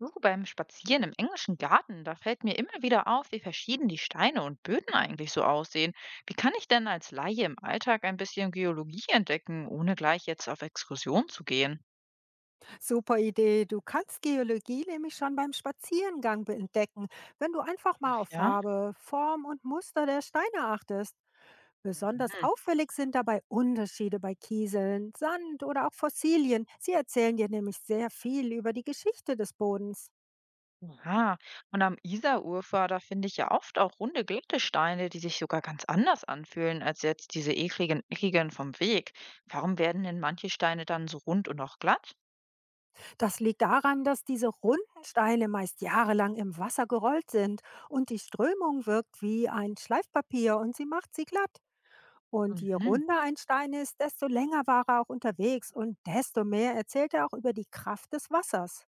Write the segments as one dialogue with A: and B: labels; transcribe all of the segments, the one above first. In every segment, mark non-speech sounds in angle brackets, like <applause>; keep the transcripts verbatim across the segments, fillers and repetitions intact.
A: Du, beim Spazieren im englischen Garten, da fällt mir immer wieder auf, wie verschieden die Steine und Böden eigentlich so aussehen. Wie kann ich denn als Laie im Alltag ein bisschen Geologie entdecken, ohne gleich jetzt auf Exkursion zu gehen?
B: Super Idee. Du kannst Geologie nämlich schon beim Spazierengang be- entdecken, wenn du einfach mal
A: Ach
B: auf
A: ja?
B: Farbe, Form und Muster der Steine achtest. Besonders
A: Mhm.
B: auffällig sind dabei Unterschiede bei Kieseln, Sand oder auch Fossilien. Sie erzählen dir nämlich sehr viel über die Geschichte des Bodens.
A: Ja. Und am Isarufer, da finde ich ja oft auch runde, glatte Steine, die sich sogar ganz anders anfühlen als jetzt diese ekligen, eckigen vom Weg. Warum werden denn manche Steine dann so rund und auch glatt?
B: Das liegt daran, dass diese runden Steine meist jahrelang im Wasser gerollt sind und die Strömung wirkt wie ein Schleifpapier und sie macht sie glatt. Und je
A: Mhm.
B: runder ein Stein ist, desto länger war er auch unterwegs und desto mehr erzählt er auch über die Kraft des Wassers.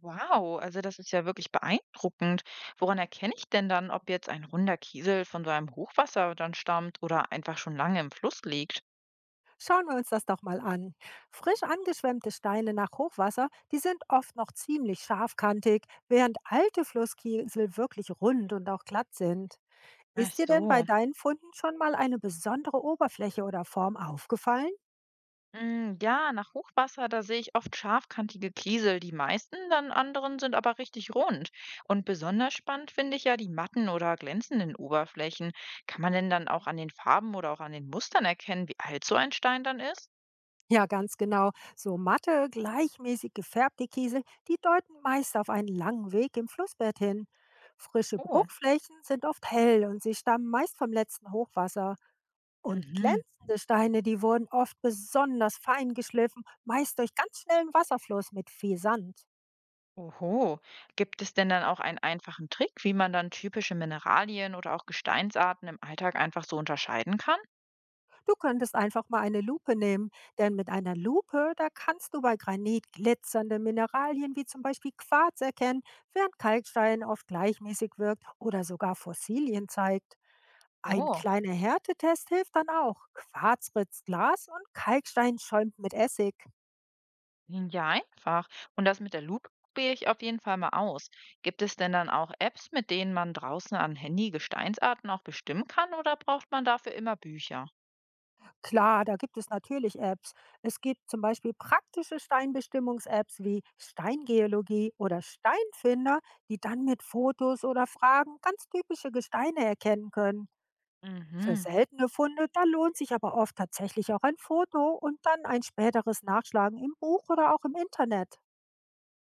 A: Wow, also das ist ja wirklich beeindruckend. Woran erkenne ich denn dann, ob jetzt ein runder Kiesel von so einem Hochwasser dann stammt oder einfach schon lange im Fluss liegt?
B: Schauen wir uns das doch mal an. Frisch angeschwemmte Steine nach Hochwasser, die sind oft noch ziemlich scharfkantig, während alte Flusskiesel wirklich rund und auch glatt sind.
A: Ach
B: Ist dir denn bei
A: so.
B: deinen Funden schon mal eine besondere Oberfläche oder Form aufgefallen?
A: Mm, ja, nach Hochwasser, da sehe ich oft scharfkantige Kiesel. Die meisten, dann anderen sind aber richtig rund. Und besonders spannend finde ich ja die matten oder glänzenden Oberflächen. Kann man denn dann auch an den Farben oder auch an den Mustern erkennen, wie alt so ein Stein dann ist?
B: Ja, ganz genau. So matte, gleichmäßig gefärbte Kiesel, die deuten meist auf einen langen Weg im Flussbett hin. Frische
A: Oh.
B: Bruchflächen sind oft hell und sie stammen meist vom letzten Hochwasser. Und
A: Mhm.
B: glänzende Steine, die wurden oft besonders fein geschliffen, meist durch ganz schnellen Wasserfluss mit viel Sand.
A: Oho, gibt es denn dann auch einen einfachen Trick, wie man dann typische Mineralien oder auch Gesteinsarten im Alltag einfach so unterscheiden kann?
B: Du könntest einfach mal eine Lupe nehmen, denn mit einer Lupe, da kannst du bei Granit glitzernde Mineralien wie zum Beispiel Quarz erkennen, während Kalkstein oft gleichmäßig wirkt oder sogar Fossilien zeigt. Ein
A: Oh,
B: kleiner Härtetest hilft dann auch. Quarz ritzt Glas und Kalkstein schäumt mit Essig.
A: klingt ja einfach. Und das mit der Lupe probiere ich auf jeden Fall mal aus. Gibt es denn dann auch Apps, mit denen man draußen am Handy Gesteinsarten auch bestimmen kann oder braucht man dafür immer Bücher?
B: Klar, da gibt es natürlich Apps. Es gibt zum Beispiel praktische Steinbestimmungs-Apps wie Steingeologie oder Steinfinder, die dann mit Fotos oder Fragen ganz typische Gesteine erkennen können. Für
A: Mhm.
B: seltene Funde, da lohnt sich aber oft tatsächlich auch ein Foto und dann ein späteres Nachschlagen im Buch oder auch im Internet.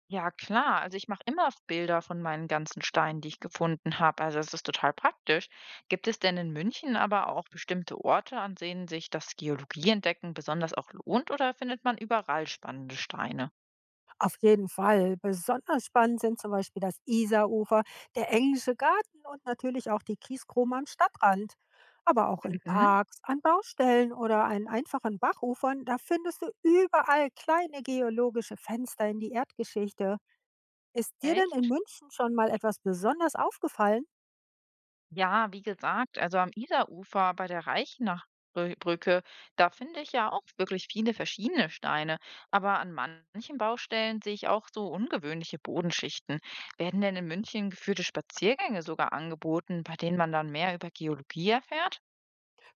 A: Ja, klar. Also ich mache immer Bilder von meinen ganzen Steinen, die ich gefunden habe. Also es ist total praktisch. Gibt es denn in München aber auch bestimmte Orte, an denen sich das Geologieentdecken besonders auch lohnt, oder findet man überall spannende Steine?
B: Auf jeden Fall. Besonders spannend sind zum Beispiel das Isarufer, der englische Garten und natürlich auch die Kieskrome am Stadtrand. Aber auch in
A: Mhm,
B: Parks, an Baustellen oder an einfachen Bachufern, da findest du überall kleine geologische Fenster in die Erdgeschichte. Ist dir denn in
A: echt?
B: München schon mal etwas besonders aufgefallen?
A: Ja, wie gesagt, also am Isarufer bei der Reichenach da finde ich ja auch wirklich viele verschiedene Steine. Aber an manchen Baustellen sehe ich auch so ungewöhnliche Bodenschichten. Werden denn in München geführte Spaziergänge sogar angeboten, bei denen man dann mehr über Geologie erfährt?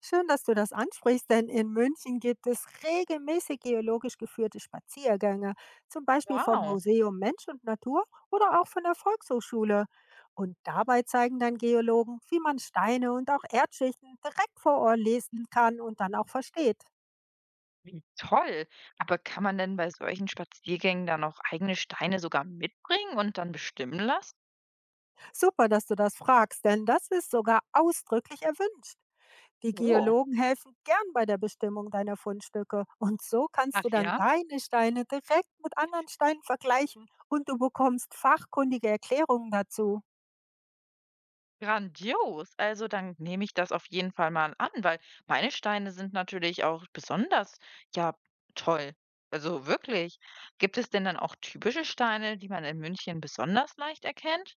B: Schön, dass du das ansprichst, denn in München gibt es regelmäßig geologisch geführte Spaziergänge, zum Beispiel vom
A: Wow,
B: Museum Mensch und Natur oder auch von der Volkshochschule. Und dabei zeigen dann Geologen, wie man Steine und auch Erdschichten direkt vor Ort lesen kann und dann auch versteht.
A: wie toll. Aber kann man denn bei solchen Spaziergängen dann auch eigene Steine sogar mitbringen und dann bestimmen lassen?
B: Super, dass du das fragst, denn das ist sogar ausdrücklich erwünscht. Die
A: Oh,
B: Geologen helfen gern bei der Bestimmung deiner Fundstücke und so kannst
A: ach
B: du dann
A: ja.
B: deine Steine direkt mit anderen Steinen vergleichen und du bekommst fachkundige Erklärungen dazu.
A: Grandios. Also dann nehme ich das auf jeden Fall mal an, weil meine Steine sind natürlich auch besonders, ja, toll. Also wirklich. Gibt es denn dann auch typische Steine, die man in München besonders leicht erkennt?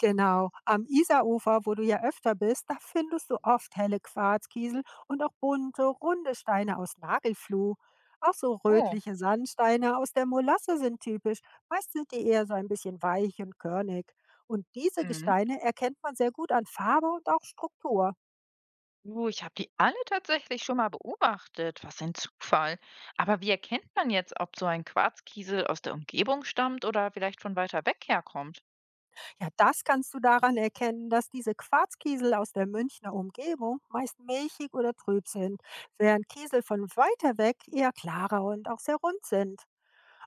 B: Genau, am Isarufer, wo du ja öfter bist, da findest du oft helle Quarzkiesel und auch bunte, runde Steine aus Nagelfluh. Auch so
A: Oh,
B: rötliche Sandsteine aus der Molasse sind typisch, meist sind die eher so ein bisschen weich und körnig. Und diese
A: mhm.
B: Gesteine erkennt man sehr gut an Farbe und auch Struktur.
A: Uh, ich habe die alle tatsächlich schon mal beobachtet. Was ein Zufall! Aber wie erkennt man jetzt, ob so ein Quarzkiesel aus der Umgebung stammt oder vielleicht von weiter weg herkommt?
B: Ja, das kannst du daran erkennen, dass diese Quarzkiesel aus der Münchner Umgebung meist milchig oder trüb sind, während Kiesel von weiter weg eher klarer und auch sehr rund sind.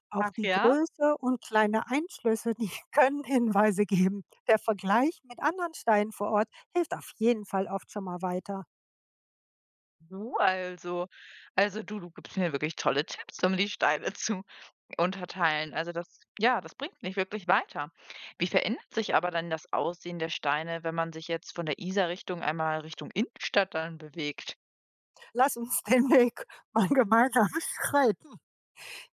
B: Auch
A: Ach
B: die
A: ja?
B: Größe und kleine Einschlüsse, die <laughs> können Hinweise geben. Der Vergleich mit anderen Steinen vor Ort hilft auf jeden Fall oft schon mal weiter.
A: Du, also. Also du, du gibst mir wirklich tolle Tipps, um die Steine zu unterteilen. Also das, ja, das bringt nicht wirklich weiter. Wie verändert sich aber dann das Aussehen der Steine, wenn man sich jetzt von der Isar-Richtung einmal Richtung Innenstadt dann bewegt?
B: Lass uns den Weg mal gemeinsam <laughs> schreiten.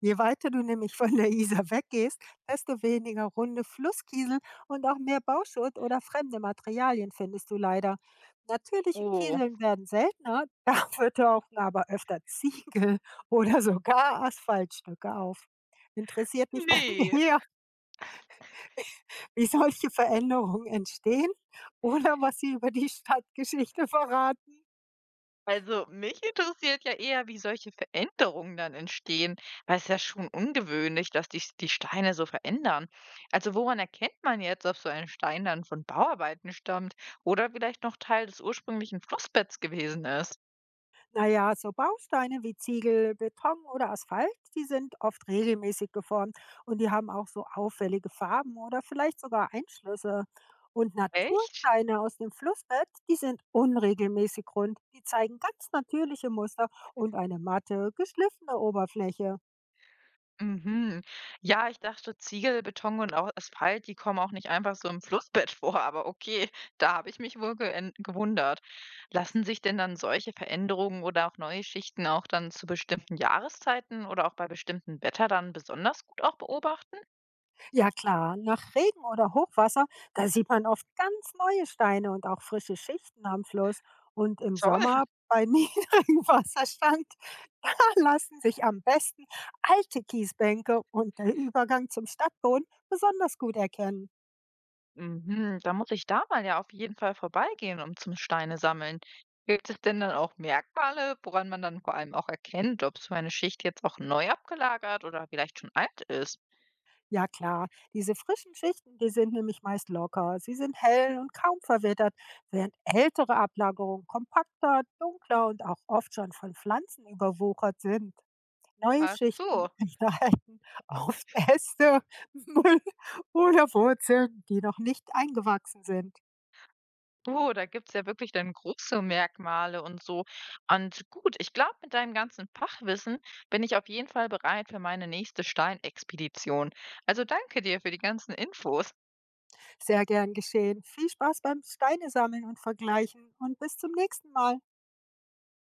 B: Je weiter du nämlich von der Isar weggehst, desto weniger runde Flusskiesel und auch mehr Bauschutt oder fremde Materialien findest du leider. Natürliche
A: Oh,
B: Kieseln werden seltener, <laughs> dafür tauchen aber öfter Ziegel oder sogar Asphaltstücke auf. Interessiert mich dann
A: nee.
B: <laughs> eher, wie solche Veränderungen entstehen oder was sie über die Stadtgeschichte verraten.
A: Also mich interessiert ja eher, wie solche Veränderungen dann entstehen, weil es ist ja schon ungewöhnlich, dass die, die Steine so verändern. Also woran erkennt man jetzt, ob so ein Stein dann von Bauarbeiten stammt oder vielleicht noch Teil des ursprünglichen Flussbetts gewesen ist?
B: Na ja, so Bausteine wie Ziegel, Beton oder Asphalt, die sind oft regelmäßig geformt und die haben auch so auffällige Farben oder vielleicht sogar Einschlüsse. Und
A: Echt?
B: Natursteine aus dem Flussbett, die sind unregelmäßig rund. Die zeigen ganz natürliche Muster und eine matte, geschliffene Oberfläche.
A: Mhm. Ja, ich dachte, Ziegel, Beton und auch Asphalt, die kommen auch nicht einfach so im Flussbett <laughs> vor, aber okay, da habe ich mich wohl geän- gewundert. Lassen sich denn dann solche Veränderungen oder auch neue Schichten auch dann zu bestimmten Jahreszeiten oder auch bei bestimmten Wetter dann besonders gut auch beobachten?
B: Ja klar, nach Regen oder Hochwasser, da sieht man oft ganz neue Steine und auch frische Schichten am Fluss. Und im
A: Toll.
B: Sommer bei <laughs> niedrigem Wasserstand, da lassen sich am besten alte Kiesbänke und der Übergang zum Stadtboden besonders gut erkennen.
A: Mhm. Da muss ich da mal ja auf jeden Fall vorbeigehen, um zum Steine sammeln. Gibt es denn dann auch Merkmale, woran man dann vor allem auch erkennt, ob so eine Schicht jetzt auch neu abgelagert oder vielleicht schon alt ist?
B: Ja klar, diese frischen Schichten, die sind nämlich meist locker, sie sind hell und kaum verwittert, während ältere Ablagerungen kompakter, dunkler und auch oft schon von Pflanzen überwuchert sind. Neue
A: Ach
B: Schichten
A: so.
B: <laughs> enthalten oft Äste, Müll oder Wurzeln, die noch nicht eingewachsen sind.
A: Oh, da gibt's ja wirklich dann große Merkmale und so. Und gut, ich glaube, mit deinem ganzen Fachwissen bin ich auf jeden Fall bereit für meine nächste Steinexpedition. Also danke dir für die ganzen Infos.
B: Sehr gern geschehen. Viel Spaß beim Steinesammeln und Vergleichen und bis zum nächsten Mal.